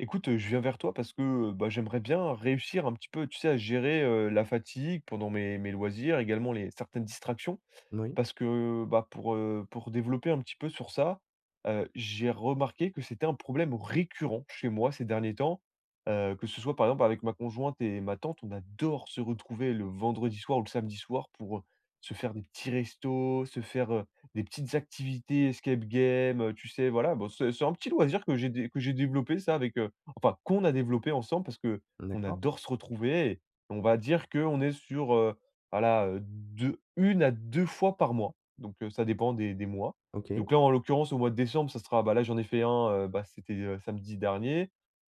Écoute, je viens vers toi parce que, bah, j'aimerais bien réussir un petit peu, tu sais, à gérer, la fatigue pendant mes loisirs, également les certaines distractions. Moui, Parce que, bah, pour développer un petit peu sur ça, j'ai remarqué que c'était un problème récurrent chez moi ces derniers temps, que ce soit, par exemple, avec ma conjointe et ma tante, on adore se retrouver le vendredi soir ou le samedi soir pour, se faire des petits restos, se faire, des petites activités escape game, tu sais, voilà. Bon, c'est un petit loisir que j'ai dé que j'ai développé ça avec, enfin qu'on a développé ensemble parce que on d'accord. adore se retrouver et on va dire qu'on est sur, voilà, 2 1 à 2 fois par mois, donc ça dépend des mois. OK. Donc là, en l'occurrence, au mois de décembre, ça sera bah, là, j'en ai fait un bah, c'était, samedi dernier,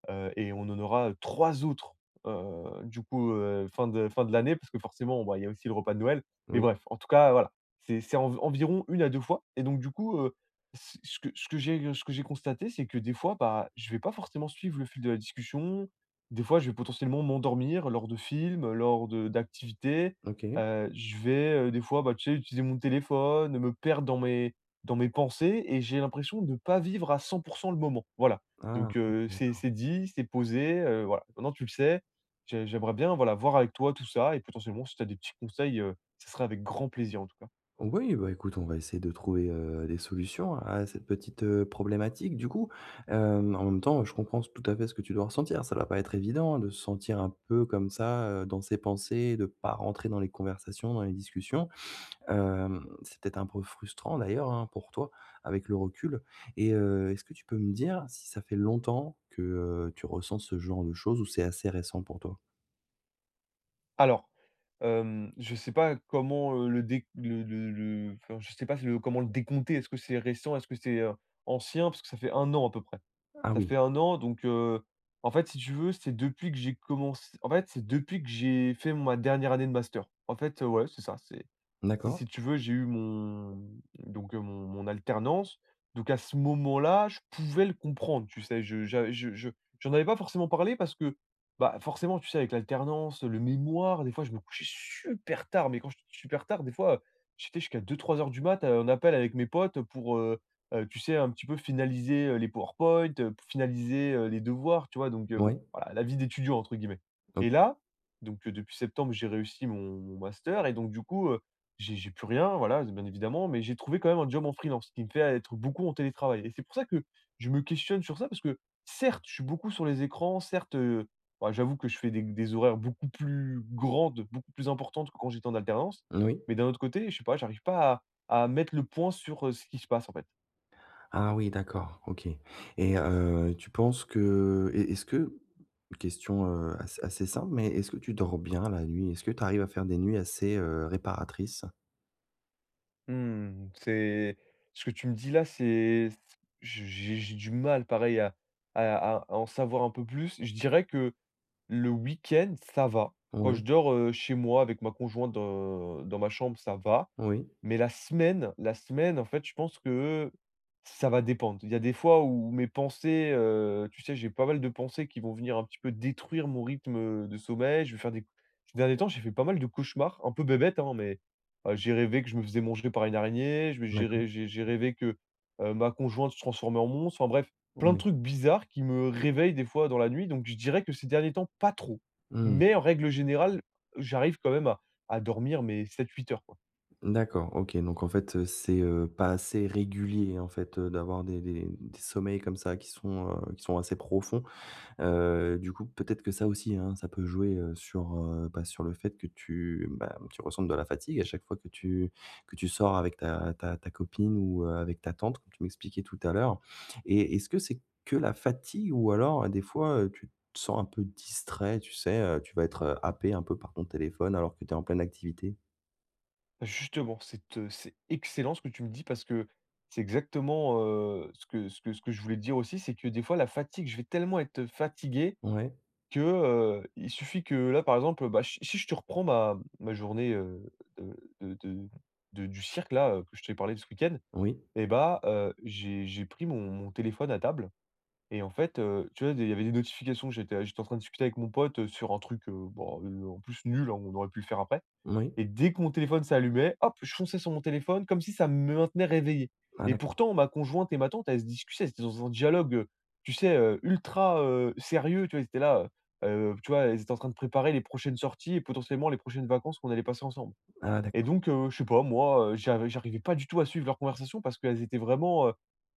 et on en aura 3 autres, heu, du coup, fin de l'année parce que forcément, bah, il y a aussi le repas de Noël. Mais Oui, bref, en tout cas, voilà, c'est env environ une à 2 fois et donc du coup, ce que j'ai constaté, c'est que des fois, bah, je vais pas forcément suivre le fil de la discussion. Des fois, je vais potentiellement m'endormir lors de films, lors de d'activités. OK. Je vais, des fois, bah, tu sais, utiliser mon téléphone, me perdre dans mes pensées et j'ai l'impression de ne pas vivre à 100% le moment. Voilà, Ah donc oui, c'est d'accord. c'est dit, c'est posé, voilà. Maintenant tu le sais, j'aimerais bien, voilà, voir avec toi tout ça et potentiellement si tu as des petits conseils, ce serait avec grand plaisir en tout cas. Oui, bah, écoute, on va essayer de trouver, des solutions à cette petite, problématique du coup. En même temps, je comprends tout à fait ce que tu dois ressentir. Ça doit pas être évident de se sentir un peu comme ça, dans ses pensées, de pas rentrer dans les conversations, dans les discussions. C'est peut-être un peu frustrant d'ailleurs, hein, pour toi, avec le recul, et est-ce que tu peux me dire si ça fait longtemps que, tu ressens ce genre de choses, ou c'est assez récent pour toi? Alors, je sais pas comment, le dé le enfin, je sais pas si le comment le décompter. Est-ce que c'est récent? Est-ce que c'est, ancien? Parce que ça fait un an à peu près. Ah Ça oui, fait un an donc en fait, si tu veux, c'est depuis que j'ai commencé en fait, c'est depuis que j'ai fait ma dernière année de master. En fait, ouais, c'est ça, c'est d'accord. si tu veux, j'ai eu mon donc mon alternance, donc à ce moment-là, je pouvais le comprendre, tu sais? Je j'en avais pas forcément parlé parce que, bah, forcément, tu sais, avec l'alternance, le mémoire, des fois, je me couchais super tard, mais quand je te dis super tard, des fois, j'étais jusqu'à deux trois heures du mat, en appel avec mes potes pour, tu sais, un petit peu finaliser, les PowerPoint, finaliser, les devoirs, tu vois? Donc bon, Ouais. voilà, la vie d'étudiant entre guillemets. Donc Et là, donc depuis septembre, j'ai réussi mon master et donc du coup, j'ai plus rien, voilà, bien évidemment, mais j'ai trouvé quand même un job en freelance qui me fait être beaucoup en télétravail. Et c'est pour ça que je me questionne sur ça parce que certes, je suis beaucoup sur les écrans, certes, bah, j'avoue que je fais des horaires beaucoup plus grandes, beaucoup plus importantes que quand j'étais en alternance. oui. Mais d'un autre côté, je sais pas, j'arrive pas à à mettre le point sur, ce qui se passe, en fait. Ah oui, d'accord, OK, et tu penses que est-ce que question, assez simple, mais est-ce que tu dors bien la nuit? Est-ce que tu arrives à faire des nuits assez, réparatrices? Mmh, c'est ce que tu me dis là, c'est c j'ai du mal pareil à à en savoir un peu plus. Je dirais que le week-end, ça va. Quand je Ouais, dors, chez moi avec ma conjointe dans ma chambre, ça va. oui, Mais la semaine, en fait, je pense que ça va dépendre. Il y a des fois où mes pensées, tu sais, j'ai pas mal de pensées qui vont venir un petit peu détruire mon rythme, de sommeil. Je vais faire des ces derniers temps, j'ai fait pas mal de cauchemars, un peu bébête hein, mais, j'ai rêvé que je me faisais manger par une araignée, je vais j'ai d'accord, rê j'ai rêvé que, ma conjointe se transformait en monstre. Enfin bref, plein de oui. trucs bizarres qui me réveillent des fois dans la nuit. Donc je dirais que ces derniers temps, pas trop. Mmh. Mais en règle générale, j'arrive quand même à dormir, mes sept huit heures. D'accord, OK, donc en fait, c'est, pas assez régulier en fait, d'avoir des sommeils comme ça qui sont assez profonds. Du coup, peut-être que ça aussi, hein, ça peut jouer, sur, bah, sur le fait que bah, tu ressentes de la fatigue à chaque fois que tu sors avec ta copine, ou, avec ta tante, comme tu m'expliquais tout à l'heure, et est-ce que c'est que la fatigue, ou alors des fois, tu te sens un peu distrait, tu sais, tu vas être, happé un peu par ton téléphone alors que tu es en pleine activité? Justement, c'est excellent ce que tu me dis parce que c'est exactement, ce que je voulais te dire aussi, c'est que des fois la fatigue je vais tellement être fatigué Ouais, que, il suffit que là, par exemple, bah, si je te reprends ma journée, de du cirque là, que je t'ai parlé de ce week-end oui, et bah, j'ai pris mon téléphone à table et en fait, tu vois, il y avait des notifications, j'étais en train de discuter avec mon pote, sur un truc, bah, en plus nul, hein, on aurait pu le faire après oui. et dès que mon téléphone s'allumait, hop, je fonçais sur mon téléphone comme si ça me maintenait réveillé. Ah Et d'accord. pourtant, ma conjointe et ma tante, elles se discutaient, c'était dans un dialogue, tu sais, ultra, sérieux, tu vois? Elles étaient là, heu tu vois? Elles étaient en train de préparer les prochaines sorties et potentiellement les prochaines vacances qu'on allait passer ensemble. Ah Et d'accord. donc, je sais pas moi, j'arrivais pas du tout à suivre leur conversation parce qu'elles étaient vraiment, heu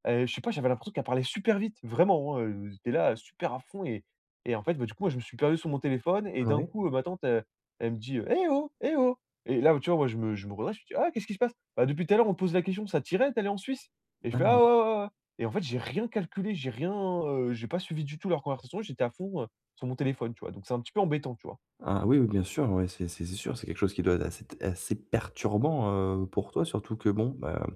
heu, je sais pas, j'avais l'impression qu'elles parlaient super vite, vraiment, hein, j'étais là, super à fond et en fait, bah, du coup, moi, je me suis perdu sur mon téléphone et d'un Ouais. coup, ma tante, elle me dit, «Eh oh! Eh oh!» et là, tu vois, moi, je me redresse, je me dis: «Ah, qu'est-ce qui se passe?» «Bah, depuis tout à l'heure, on me pose la question, ça t'irait t'allais en Suisse?» et je fais: «Ah ouais, Ah. ouais, ouais» ouais». Et en fait, j'ai rien calculé, j'ai rien, j'ai pas suivi du tout leur conversation, j'étais à fond, sur mon téléphone, tu vois? Donc c'est un petit peu embêtant, tu vois? Ah oui, oui, bien sûr, ouais, c'est sûr, c'est quelque chose qui doit être assez perturbant, pour toi, surtout que bon, bah,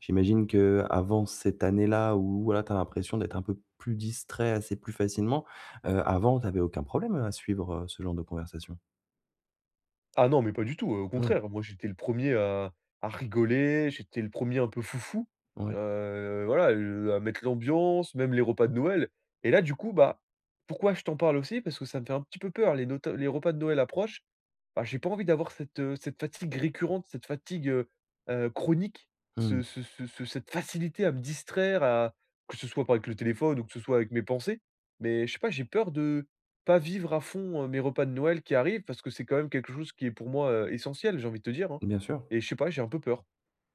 j'imagine que avant cette année-là où voilà, tu as l'impression d'être un peu plus distrait assez plus facilement, avant tu avais aucun problème à suivre, ce genre de conversation? Ah non, mais pas du tout, au Oui, contraire. Moi, j'étais le premier à rigoler, j'étais le premier un peu foufou, ouais, voilà, à mettre l'ambiance, même les repas de Noël et là, du coup, bah, pourquoi je t'en parle aussi? Parce que ça me fait un petit peu peur, les repas de Noël approchent bah, j'ai pas envie d'avoir cette, cette fatigue récurrente, cette fatigue, chronique, mmh, ce ce ce ce cette facilité à me distraire, à que ce soit pas avec le téléphone ou que ce soit avec mes pensées. Mais je sais pas, j'ai peur de pas vivre à fond, mes repas de Noël qui arrivent parce que c'est quand même quelque chose qui est pour moi, essentiel, j'ai envie de te dire, hein. bien sûr, Et je sais pas, j'ai un peu peur.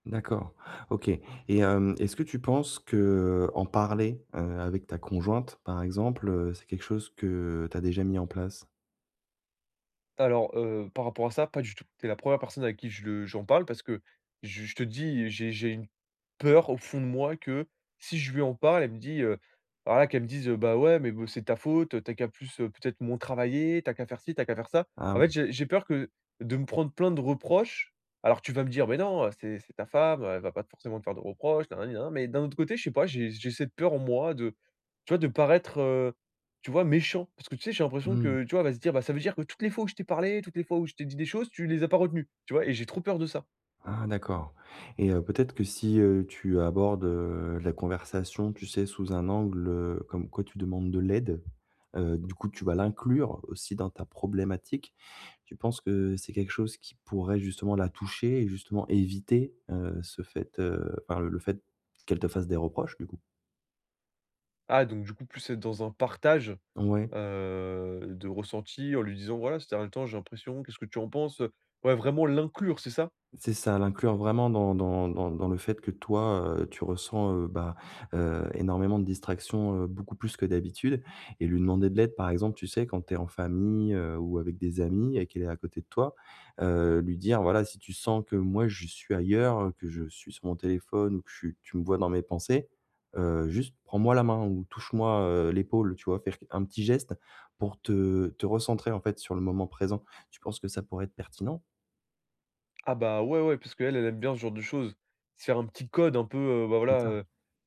d'accord, OK, et est-ce que tu penses que en parler, avec ta conjointe, par exemple, c'est quelque chose que tu as déjà mis en place? Alors, par rapport à ça, pas du tout. Tu es la première personne à qui je le j'en parle parce que je te dis, j'ai une peur au fond de moi que si je lui en parle, alors là qu'elle me dise, «Bah, ouais, mais bon, c'est ta faute, t'as qu'à plus, peut-être moins travailler, t'as qu'à faire ci, t'as qu'à faire ça». Ah, En fait, j'ai peur que de me prendre plein de reproches. Alors tu vas me dire: «Mais non, c'est ta femme, elle va pas forcément te faire de reproches, nanani nanana». Mais d'un autre côté, je sais pas, j'ai cette peur en moi de tu vois, de paraître, tu vois, méchant. Parce que tu sais, j'ai l'impression mmh. que, tu vois, elle va se dire: «Bah, ça veut dire que toutes les fois où je t'ai parlé, toutes les fois où je t'ai dit des choses, tu les as pas retenues». Tu vois? Et j'ai trop peur de ça. Ah d'accord, et peut-être que si, tu abordes, la conversation, tu sais, sous un angle, comme quoi tu demandes de l'aide, du coup, tu vas l'inclure aussi dans ta problématique. Tu penses que c'est quelque chose qui pourrait justement la toucher et justement éviter, ce fait, enfin le fait qu'elle te fasse des reproches, du coup? Ah donc du coup, plus être dans un partage. Ouais. De ressenti en lui disant: «Voilà, c'était un temps, j'ai l'impression, qu'est-ce que tu en penses?» Ouais, vraiment l'inclure, c'est ça? C'est ça, l'inclure vraiment dans le fait que toi, tu ressens, bah, énormément de distractions, beaucoup plus que d'habitude, et lui demander de l'aide, par exemple, tu sais, quand tu es en famille, ou avec des amis, et qu'elle est à côté de toi, lui dire: «Voilà, si tu sens que moi je suis ailleurs, que je suis sur mon téléphone, ou que je suis tu me vois dans mes pensées, juste prends-moi la main ou touche-moi, l'épaule», tu vois? Faire un petit geste pour te recentrer, en fait, sur le moment présent. Tu penses que ça pourrait être pertinent? Ah bah, ouais, ouais, parce qu'elle, elle aime bien ce genre de choses. Se faire un petit code un peu, bah, C'est voilà, ça? heu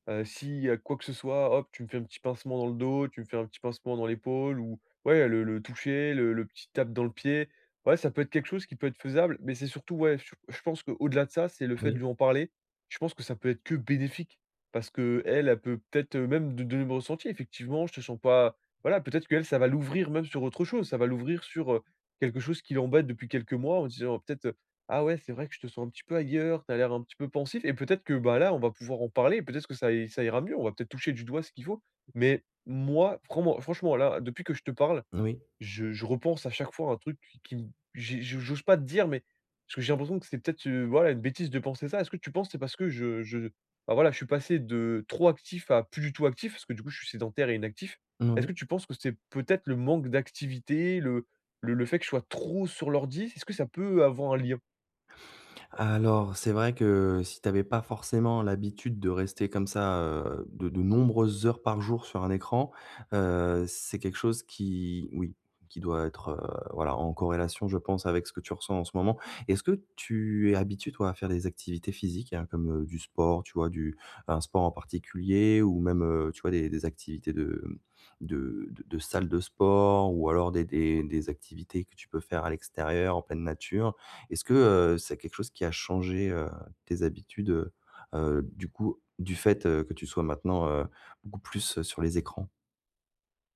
heu, s'il y a quoi que ce soit, hop, tu me fais un petit pincement dans le dos, tu me fais un petit pincement dans l'épaule ou ouais, le toucher, le petit tape dans le pied. Ouais, ça peut être quelque chose qui peut être faisable, mais c'est surtout, ouais, je pense qu'au-delà de ça, c'est le fait de Oui, lui en parler. Je pense que ça peut être que bénéfique parce que elle peut peut-être, même de donner le ressenti. Effectivement, je te sens pas voilà, peut-être qu'elle, ça va l'ouvrir même sur autre chose. Ça va l'ouvrir sur, quelque chose qui l'embête depuis quelques mois en disant peut-être, ah ouais, c'est vrai que je te sens un petit peu ailleurs, t'as l'air un petit peu pensif et peut-être que, bah, là, on va pouvoir en parler et peut-être que ça ira mieux. On va peut-être toucher du doigt ce qu'il faut. Mais moi, franchement, franchement, là, depuis que je te parle, oui. je repense à chaque fois à un truc qui me. J'ose pas te dire, mais parce que j'ai l'impression que c'est peut-être, voilà, une bêtise de penser ça. Est-ce que tu penses que c'est parce que je bah, voilà, je suis passé de trop actif à plus du tout actif? Parce que du coup, je suis sédentaire et inactif. Est-ce Moui. que tu penses que c'est peut-être le manque d'activité, le fait que je sois trop sur l'ordi? Est-ce que ça peut avoir un lien? Alors, c'est vrai que si tu avais pas forcément l'habitude de rester comme ça, de nombreuses heures par jour sur un écran, c'est quelque chose qui oui, qui doit être, voilà, en corrélation, je pense, avec ce que tu ressens en ce moment. Est-ce que tu es habitué, toi, à faire des activités physiques, hein, comme, du sport, tu vois, du un sport en particulier, ou même, tu vois, des activités de, de salle de sport, ou alors des activités que tu peux faire à l'extérieur, en pleine nature? Est-ce que, c'est quelque chose qui a changé, tes habitudes, du coup, du fait, que tu sois maintenant, beaucoup plus, sur les écrans?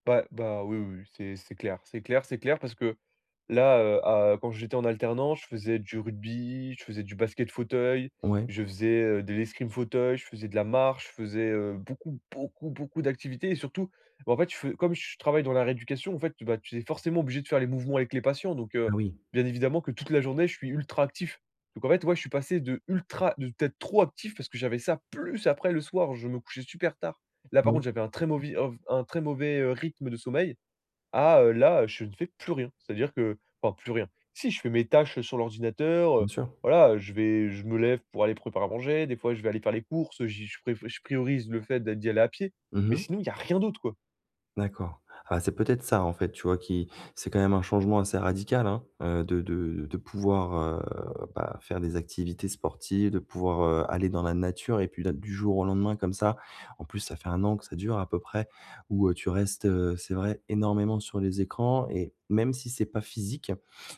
Bah bah, oui, oui, oui, c'est clair. C'est clair, c'est clair parce que là, à quand j'étais en alternance, je faisais du rugby, je faisais du basket fauteuil, Ouais. je faisais, de l'escrime fauteuil, je faisais de la marche, je faisais, beaucoup, beaucoup, beaucoup d'activités et surtout, bah, en fait, je fais comme je travaille dans la rééducation, en fait, bah, tu es forcément obligé de faire les mouvements avec les patients donc Ah oui. bien évidemment que toute la journée, je suis ultra actif. Donc en fait, ouais, je suis passé de ultra de peut-être trop actif parce que j'avais ça, plus après le soir, je me couchais super tard. Là, par Oui, contre, j'avais un très mauvais, rythme de sommeil là, je ne fais plus rien. C'est-à-dire que enfin plus rien. Si, je fais mes tâches sur l'ordinateur, bien sûr. voilà, je me lève pour aller préparer à manger, des fois je vais aller faire les courses, j'y je pré je priorise le fait d'y aller à pied, mais Mmh. sinon il y a rien d'autre, quoi. D'accord. Ah, bah, c'est peut-être ça, en fait, tu vois, qui c'est quand même un changement assez radical, hein, de pouvoir, bah, faire des activités sportives, de pouvoir, aller dans la nature, et puis là, du jour au lendemain comme ça. En plus, ça fait un an que ça dure à peu près, où, tu restes, c'est vrai, énormément sur les écrans, et même si c'est pas physique,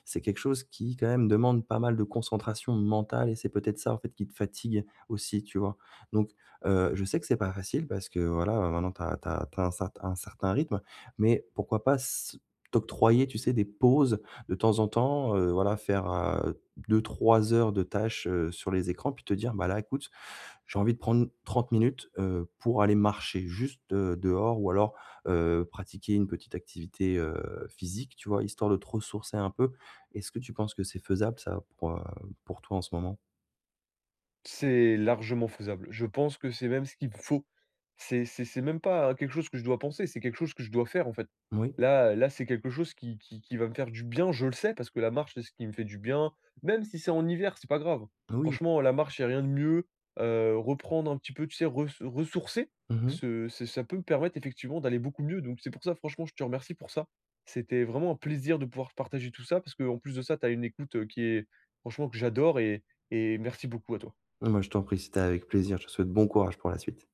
c'est quelque chose qui, quand même, demande pas mal de concentration mentale, et c'est peut-être ça, en fait, qui te fatigue aussi, tu vois? Donc, je sais que c'est pas facile parce que voilà, maintenant tu as un certain rythme, mais pourquoi pas s t'octroyer, tu sais, des pauses de temps en temps, voilà, faire, 2-3 heures de tâches, sur les écrans, puis te dire: «Bah là, écoute, j'ai envie de prendre 30 minutes, pour aller marcher juste, dehors», ou alors, pratiquer une petite activité, physique, tu vois? Histoire de te ressourcer un peu. Est-ce que tu penses que c'est faisable ça pour toi en ce moment? C'est largement faisable. Je pense que c'est même ce qu'il me faut. C'est même pas hein, quelque chose que je dois penser, c'est quelque chose que je dois faire, en fait. Oui, Là, c'est quelque chose qui va me faire du bien, je le sais, parce que la marche, c'est ce qui me fait du bien. Même si c'est en hiver, c'est pas grave. oui. Franchement, la marche, il a rien de mieux. Reprendre un petit peu, tu sais, ressourcer, Mmh. ce c'est ça peut me permettre effectivement d'aller beaucoup mieux. Donc c'est pour ça, franchement, je te remercie pour ça. C'était vraiment un plaisir de pouvoir partager tout ça parce qu'en plus de ça, tu as une écoute, qui est franchement que j'adore et merci beaucoup à toi. Moi, je t'en prie, c'était avec plaisir. Je te souhaite bon courage pour la suite.